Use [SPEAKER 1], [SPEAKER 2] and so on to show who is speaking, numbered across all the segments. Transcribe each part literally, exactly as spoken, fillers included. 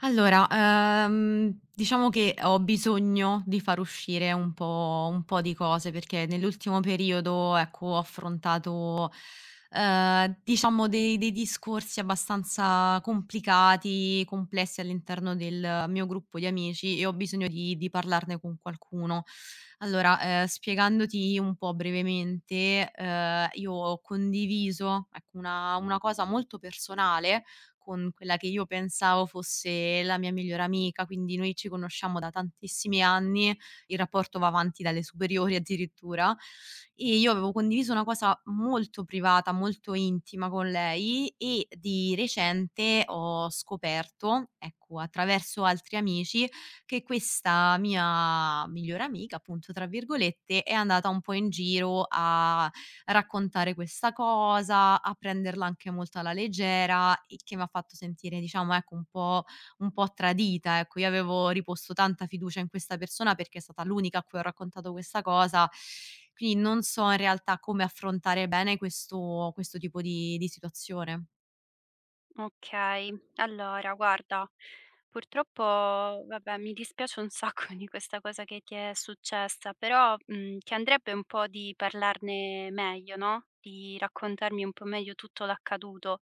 [SPEAKER 1] Allora, ehm, diciamo che ho bisogno di far uscire un po' un po' di cose, perché nell'ultimo periodo, ecco, ho affrontato, ehm, diciamo dei dei discorsi abbastanza complicati, complessi all'interno del mio gruppo di amici e ho bisogno di di parlarne con qualcuno. Allora, ehm, spiegandoti un po' brevemente, ehm, io ho condiviso, ecco, una una cosa molto personale con quella che io pensavo fosse la mia migliore amica, quindi noi ci conosciamo da tantissimi anni, il rapporto va avanti dalle superiori addirittura e io avevo condiviso una cosa molto privata, molto intima con lei e di recente ho scoperto, ecco, attraverso altri amici, che questa mia migliore amica, appunto, tra virgolette, è andata un po' in giro a raccontare questa cosa, a prenderla anche molto alla leggera, il che m'ha fatto sentire diciamo ecco un po' un po' tradita, ecco. Io avevo riposto tanta fiducia in questa persona perché è stata l'unica a cui ho raccontato questa cosa, quindi non so in realtà come affrontare bene questo questo tipo di di situazione.
[SPEAKER 2] Okay. Allora guarda, purtroppo vabbè mi dispiace un sacco di questa cosa che ti è successa, però, mhmm, ti andrebbe un po' di parlarne meglio, no, di raccontarmi un po' meglio tutto l'accaduto.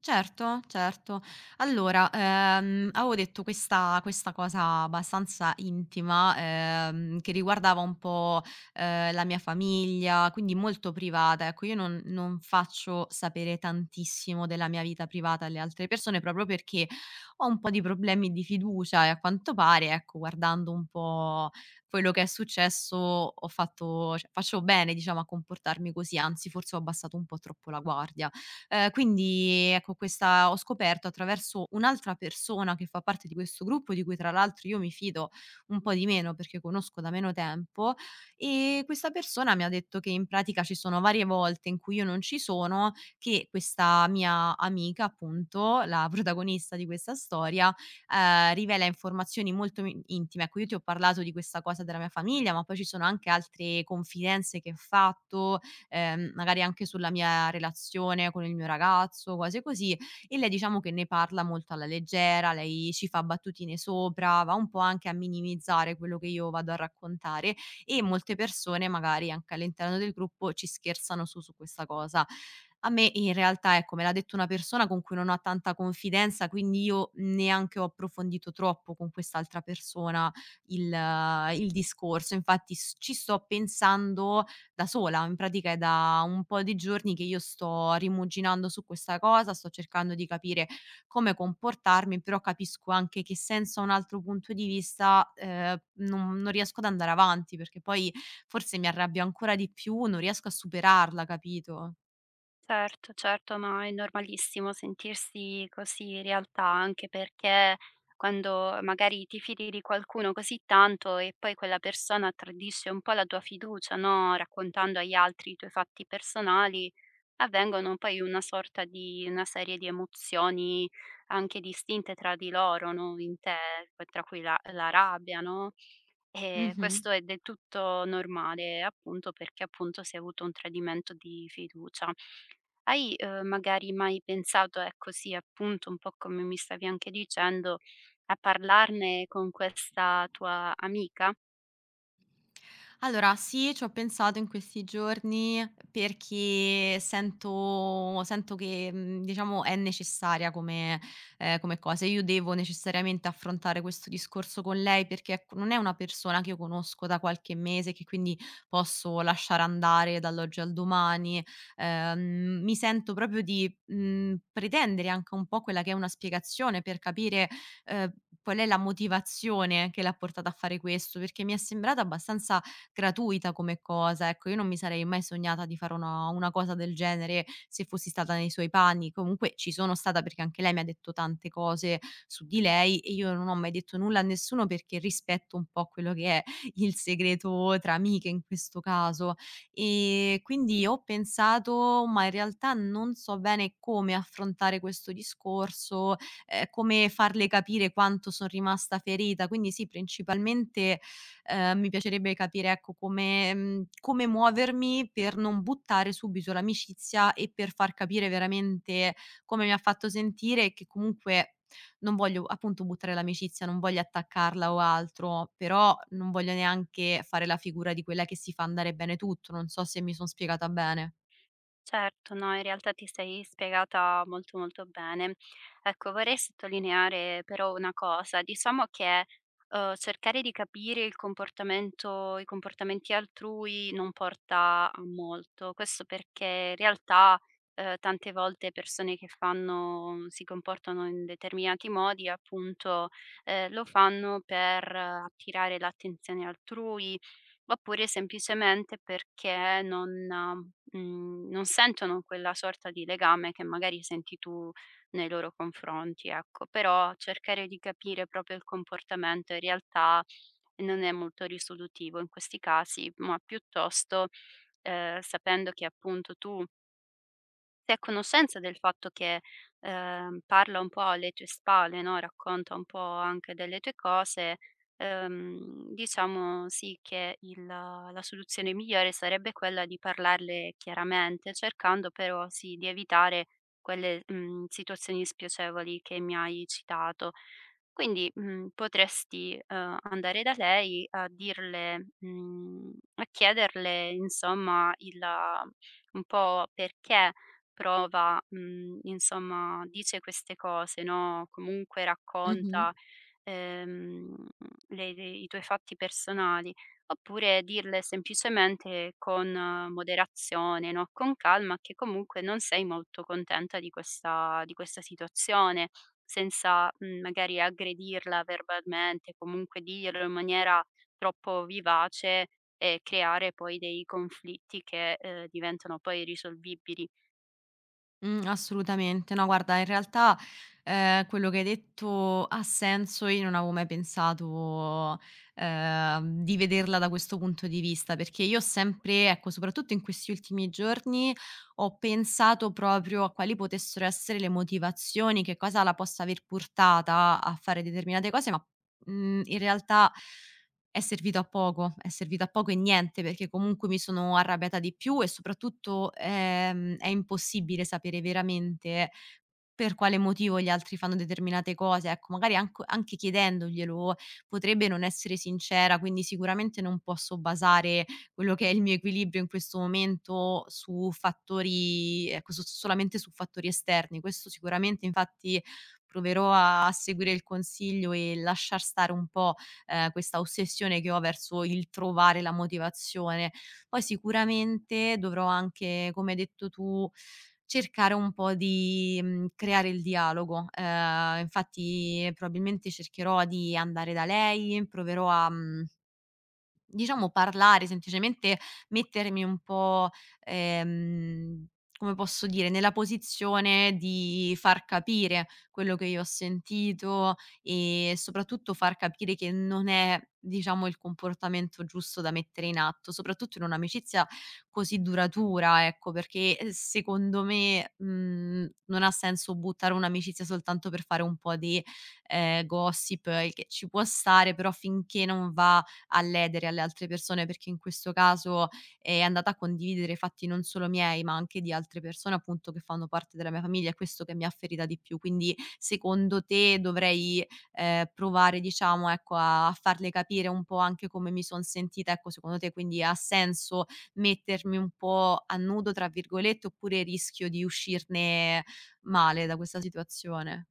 [SPEAKER 1] Certo, certo. Allora, ehm, avevo detto questa questa cosa abbastanza intima, ehm, che riguardava un po', ehm, la mia famiglia, quindi molto privata, ecco. Io non non faccio sapere tantissimo della mia vita privata alle altre persone, proprio perché ho un po' di problemi di fiducia e a quanto pare, ecco, guardando un po' quello che è successo, ho fatto cioè faccio bene, diciamo, a comportarmi così, anzi forse ho abbassato un po' troppo la guardia. Ehm, quindi ecco questa ho scoperto attraverso un'altra persona che fa parte di questo gruppo, di cui tra l'altro io mi fido un po' di meno perché conosco da meno tempo, ehm, questa persona mi ha detto che in pratica ci sono varie volte in cui io non ci sono, che questa mia amica appunto, la protagonista di questa storia, ehm, rivela informazioni molto mi intime. Ecco, io ti ho parlato di questa cosa della mia famiglia, ma poi ci sono anche altre confidenze che ho fatto, ehm, magari anche sulla mia relazione con il mio ragazzo, cose così, e lei diciamo che ne parla molto alla leggera, lei ci fa battutine sopra, va un po' anche a minimizzare quello che io vado a raccontare e molte persone magari anche all'interno del gruppo ci scherzano su su questa cosa. A me in realtà, ecco, me l'ha detto una persona con cui non ho tanta confidenza, quindi io neanche ho approfondito troppo con quest'altra persona il eh, il discorso. Infatti s ci sto pensando, da sola, in pratica è da un po' di giorni che io sto rimuginando su questa cosa, sto cercando di capire come comportarmi, però capisco anche che senza un altro punto di vista, ehm, non non riesco ad andare avanti, perché poi forse mi arrabbio ancora di più, non riesco a superarla, capito?
[SPEAKER 2] Certo, certo, ma è normalissimo sentirsi così in realtà, anche perché quando magari ti fidi di qualcuno così tanto e poi quella persona tradisce un po' la tua fiducia, no, raccontando agli altri i tuoi fatti personali, avvengono poi una sorta di una serie di emozioni anche distinte tra di loro, no, in te, tra cui la la rabbia, no? Ehm,
[SPEAKER 1] Mh-mh.
[SPEAKER 2] questo è del tutto normale, appunto, perché, appunto, si è avuto un tradimento di fiducia. Hai, uhm, magari mai pensato, ecco sì, appunto, un po' come mi stavi anche dicendo, a parlarne con questa tua amica?
[SPEAKER 1] Allora sì, ci ho pensato in questi giorni perché sento sento che, mhmm, diciamo è necessaria come ehm, come cosa. Io devo necessariamente affrontare questo discorso con lei perché, ecco, non è una persona che io conosco da qualche mese, che quindi posso lasciare andare dall'oggi al domani. Ehm, mi sento proprio di, mhmm, pretendere anche un po' quella che è una spiegazione per capire ehm, qual è la motivazione che l'ha portata a fare questo, perché mi è sembrata abbastanza gratuita come cosa, ecco. Io non mi sarei mai sognata di fare una una cosa del genere se fossi stata nei suoi panni. Comunque ci sono stata perché anche lei mi ha detto tante cose su di lei e io non ho mai detto nulla a nessuno perché rispetto un po' quello che è il segreto tra amiche in questo caso. Ehm, quindi ho pensato, ma in realtà non so bene come affrontare questo discorso, ehm, come farle capire quanto son rimasta ferita. Quindi sì, principalmente, ehm, mi piacerebbe capire, ecco, come mhmm, come muovermi per non buttare subito l'amicizia e per far capire veramente come mi ha fatto sentire e che comunque non voglio, appunto, buttare l'amicizia, non voglio attaccarla o altro, però non voglio neanche fare la figura di quella che si fa andare bene tutto. Non so se mi son spiegata bene.
[SPEAKER 2] Certo, no, in realtà ti sei spiegata molto molto bene. Ecco, vorrei sottolineare però una cosa, diciamo che eh, cercare di capire il comportamento, i comportamenti altrui non porta a molto, questo perché in realtà eh, tante volte persone che fanno, si comportano in determinati modi, appunto, eh, lo fanno per eh, attirare l'attenzione altrui, oppure semplicemente perché non mhmm, non sentono quella sorta di legame che magari senti tu nei loro confronti, ecco. Però cercare di capire proprio il comportamento in realtà non è molto risolutivo in questi casi, ma piuttosto, ehm, sapendo che appunto tu sei a conoscenza del fatto che, ehm, parla un po' alle tue spalle, no, racconta un po' anche delle tue cose, ehm, diciamo sì che il la soluzione migliore sarebbe quella di parlarle chiaramente, cercando però sì di evitare quelle, mhmm, situazioni spiacevoli che mi hai citato. Quindi, mhmm, potresti, uhm, andare da lei a dirle mhmm, a chiederle insomma il ah, un po' perché prova mhmm, insomma dice queste cose, no, comunque
[SPEAKER 1] Mh-mh.
[SPEAKER 2] racconta, ehm, le le i tuoi fatti personali oppure dirle semplicemente con eh, moderazione, no, con calma, che comunque non sei molto contenta di questa di questa situazione, senza, mhmm, magari aggredirla verbalmente, comunque dirlo in maniera troppo vivace e creare poi dei conflitti che, ehm, diventano poi irrisolvibili.
[SPEAKER 1] Mh, assolutamente. No, guarda, in realtà, ehm, quello che hai detto ha senso. Io non avevo mai pensato, ehm, di vederla da questo punto di vista, perché io ho sempre ecco, soprattutto in questi ultimi giorni, ho pensato proprio a quali potessero essere le motivazioni, che cosa la possa aver portata a fare determinate cose, ma, mhmm, in realtà è servito a poco, è servito a poco e niente, perché comunque mi sono arrabbiata di più e soprattutto, ehm, è impossibile sapere veramente per quale motivo gli altri fanno determinate cose, ecco, magari anco anche chiedendoglielo potrebbe non essere sincera, quindi sicuramente non posso basare quello che è il mio equilibrio in questo momento su fattori ecco, so solamente su fattori esterni. Questo sicuramente, infatti proverò a a seguire il consiglio e lasciar stare un po', ehm, questa ossessione che ho verso il trovare la motivazione. Poi sicuramente dovrò anche, come hai detto tu cercare un po' di, mhmm, creare il dialogo. Ehm, infatti probabilmente cercherò di andare da lei, proverò a mhmm diciamo parlare, semplicemente mettermi un po', ehm, come posso dire, nella posizione di far capire quello che io ho sentito e soprattutto far capire che non è, diciamo, il comportamento giusto da mettere in atto, soprattutto in un'amicizia così duratura, ecco, perché, ehm, secondo me, mhmm, non ha senso buttare un'amicizia soltanto per fare un po' di, ehm, gossip, il che ci può stare, però finché non va a ledere alle altre persone, perché in questo caso è andata a condividere fatti non solo miei, ma anche di altre persone appunto che fanno parte della mia famiglia, è questo che mi ha ferita di più. Quindi secondo te dovrei, ehm, provare diciamo, ecco, a a farle capire un po' anche come mi son sentita, ecco, secondo te quindi ha senso mettermi un po' "a nudo" tra virgolette, oppure rischio di uscirne male da questa situazione?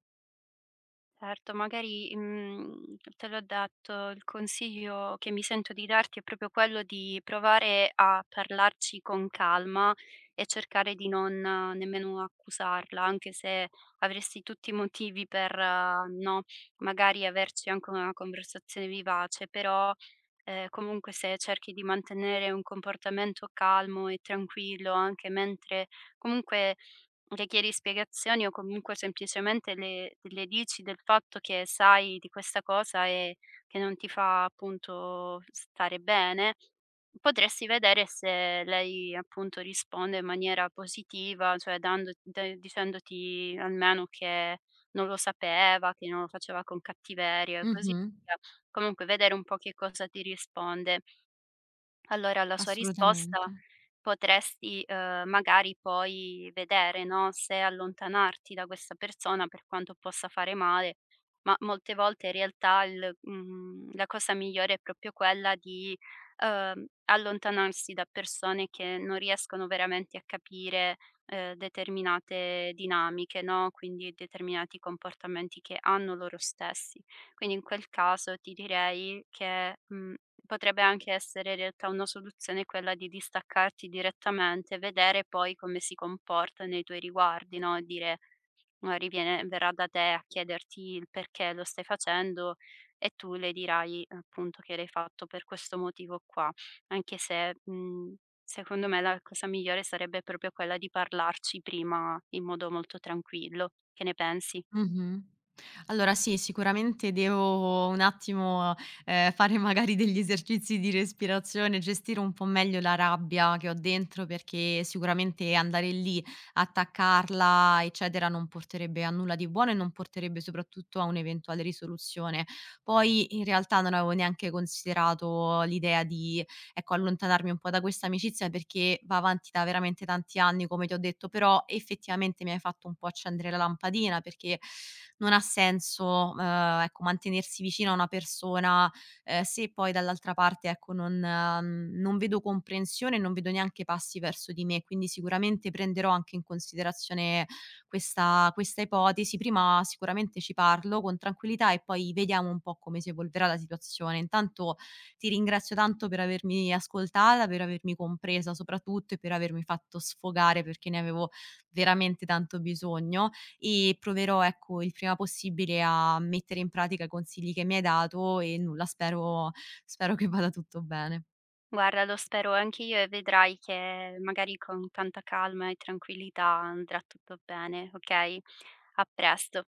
[SPEAKER 2] Certo, magari, mhmm, te l'ho detto, il consiglio che mi sento di darti è proprio quello di provare a parlarci con calma e cercare di non eh, nemmeno accusarla, anche se avresti tutti i motivi per, eh, no, magari averci anche una conversazione vivace, però, ehm, comunque se cerchi di mantenere un comportamento calmo e tranquillo anche mentre comunque le chiedi spiegazioni o comunque semplicemente le le dici del fatto che sai di questa cosa e che non ti fa appunto stare bene, potresti vedere se lei appunto risponde in maniera positiva, cioè dando da dicendoti almeno che non lo sapeva, che non lo faceva con cattiveria e così
[SPEAKER 1] Mh-mh.
[SPEAKER 2] via. Comunque vedere un po' che cosa ti risponde. Allora la sua
[SPEAKER 1] Assolutamente.
[SPEAKER 2] risposta potresti, uhm, magari poi vedere, no, se allontanarti da questa persona per quanto possa fare male, ma molte volte in realtà il mhmm, la cosa migliore è proprio quella di, uhm, allontanarsi da persone che non riescono veramente a capire, ehm, determinate dinamiche, no, quindi determinati comportamenti che hanno loro stessi. Quindi in quel caso ti direi che, mhmm, potrebbe anche essere in realtà una soluzione quella di distaccarti direttamente, vedere poi come si comporta nei tuoi riguardi, no, e dire magari viene verrà da te a chiederti il perché lo stai facendo e tu le dirai appunto che l'hai fatto per questo motivo qua. Anche se, mhmm, secondo me la cosa migliore sarebbe proprio quella di parlarci prima in modo molto tranquillo. Che ne pensi?
[SPEAKER 1] Mh-mh. Allora sì, sicuramente devo un attimo, ehm, fare magari degli esercizi di respirazione, gestire un po' meglio la rabbia che ho dentro, perché sicuramente andare lì, attaccarla, eccetera, non porterebbe a nulla di buono e non porterebbe soprattutto a un'eventuale risoluzione. Poi in realtà non avevo neanche considerato l'idea di ecco, allontanarmi un po' da questa amicizia perché va avanti da veramente tanti anni, come ti ho detto, però effettivamente mi hai fatto un po' accendere la lampadina perché non ha senso, ehm, ecco, mantenersi vicino a una persona, ehm, se poi dall'altra parte, ecco, non mhmm, non vedo comprensione, non vedo neanche passi verso di me. Quindi sicuramente prenderò anche in considerazione questa questa ipotesi. Prima sicuramente ci parlo con tranquillità e poi vediamo un po' come si evolverà la situazione. Intanto ti ringrazio tanto per avermi ascoltata, per avermi compresa soprattutto e per avermi fatto sfogare perché ne avevo veramente tanto bisogno e proverò, ecco, il prima possibile a mettere in pratica i consigli che mi hai dato e nulla, spero spero che vada tutto bene.
[SPEAKER 2] Guarda, lo spero anch'io e vedrai che magari con tanta calma e tranquillità andrà tutto bene, ok? A presto.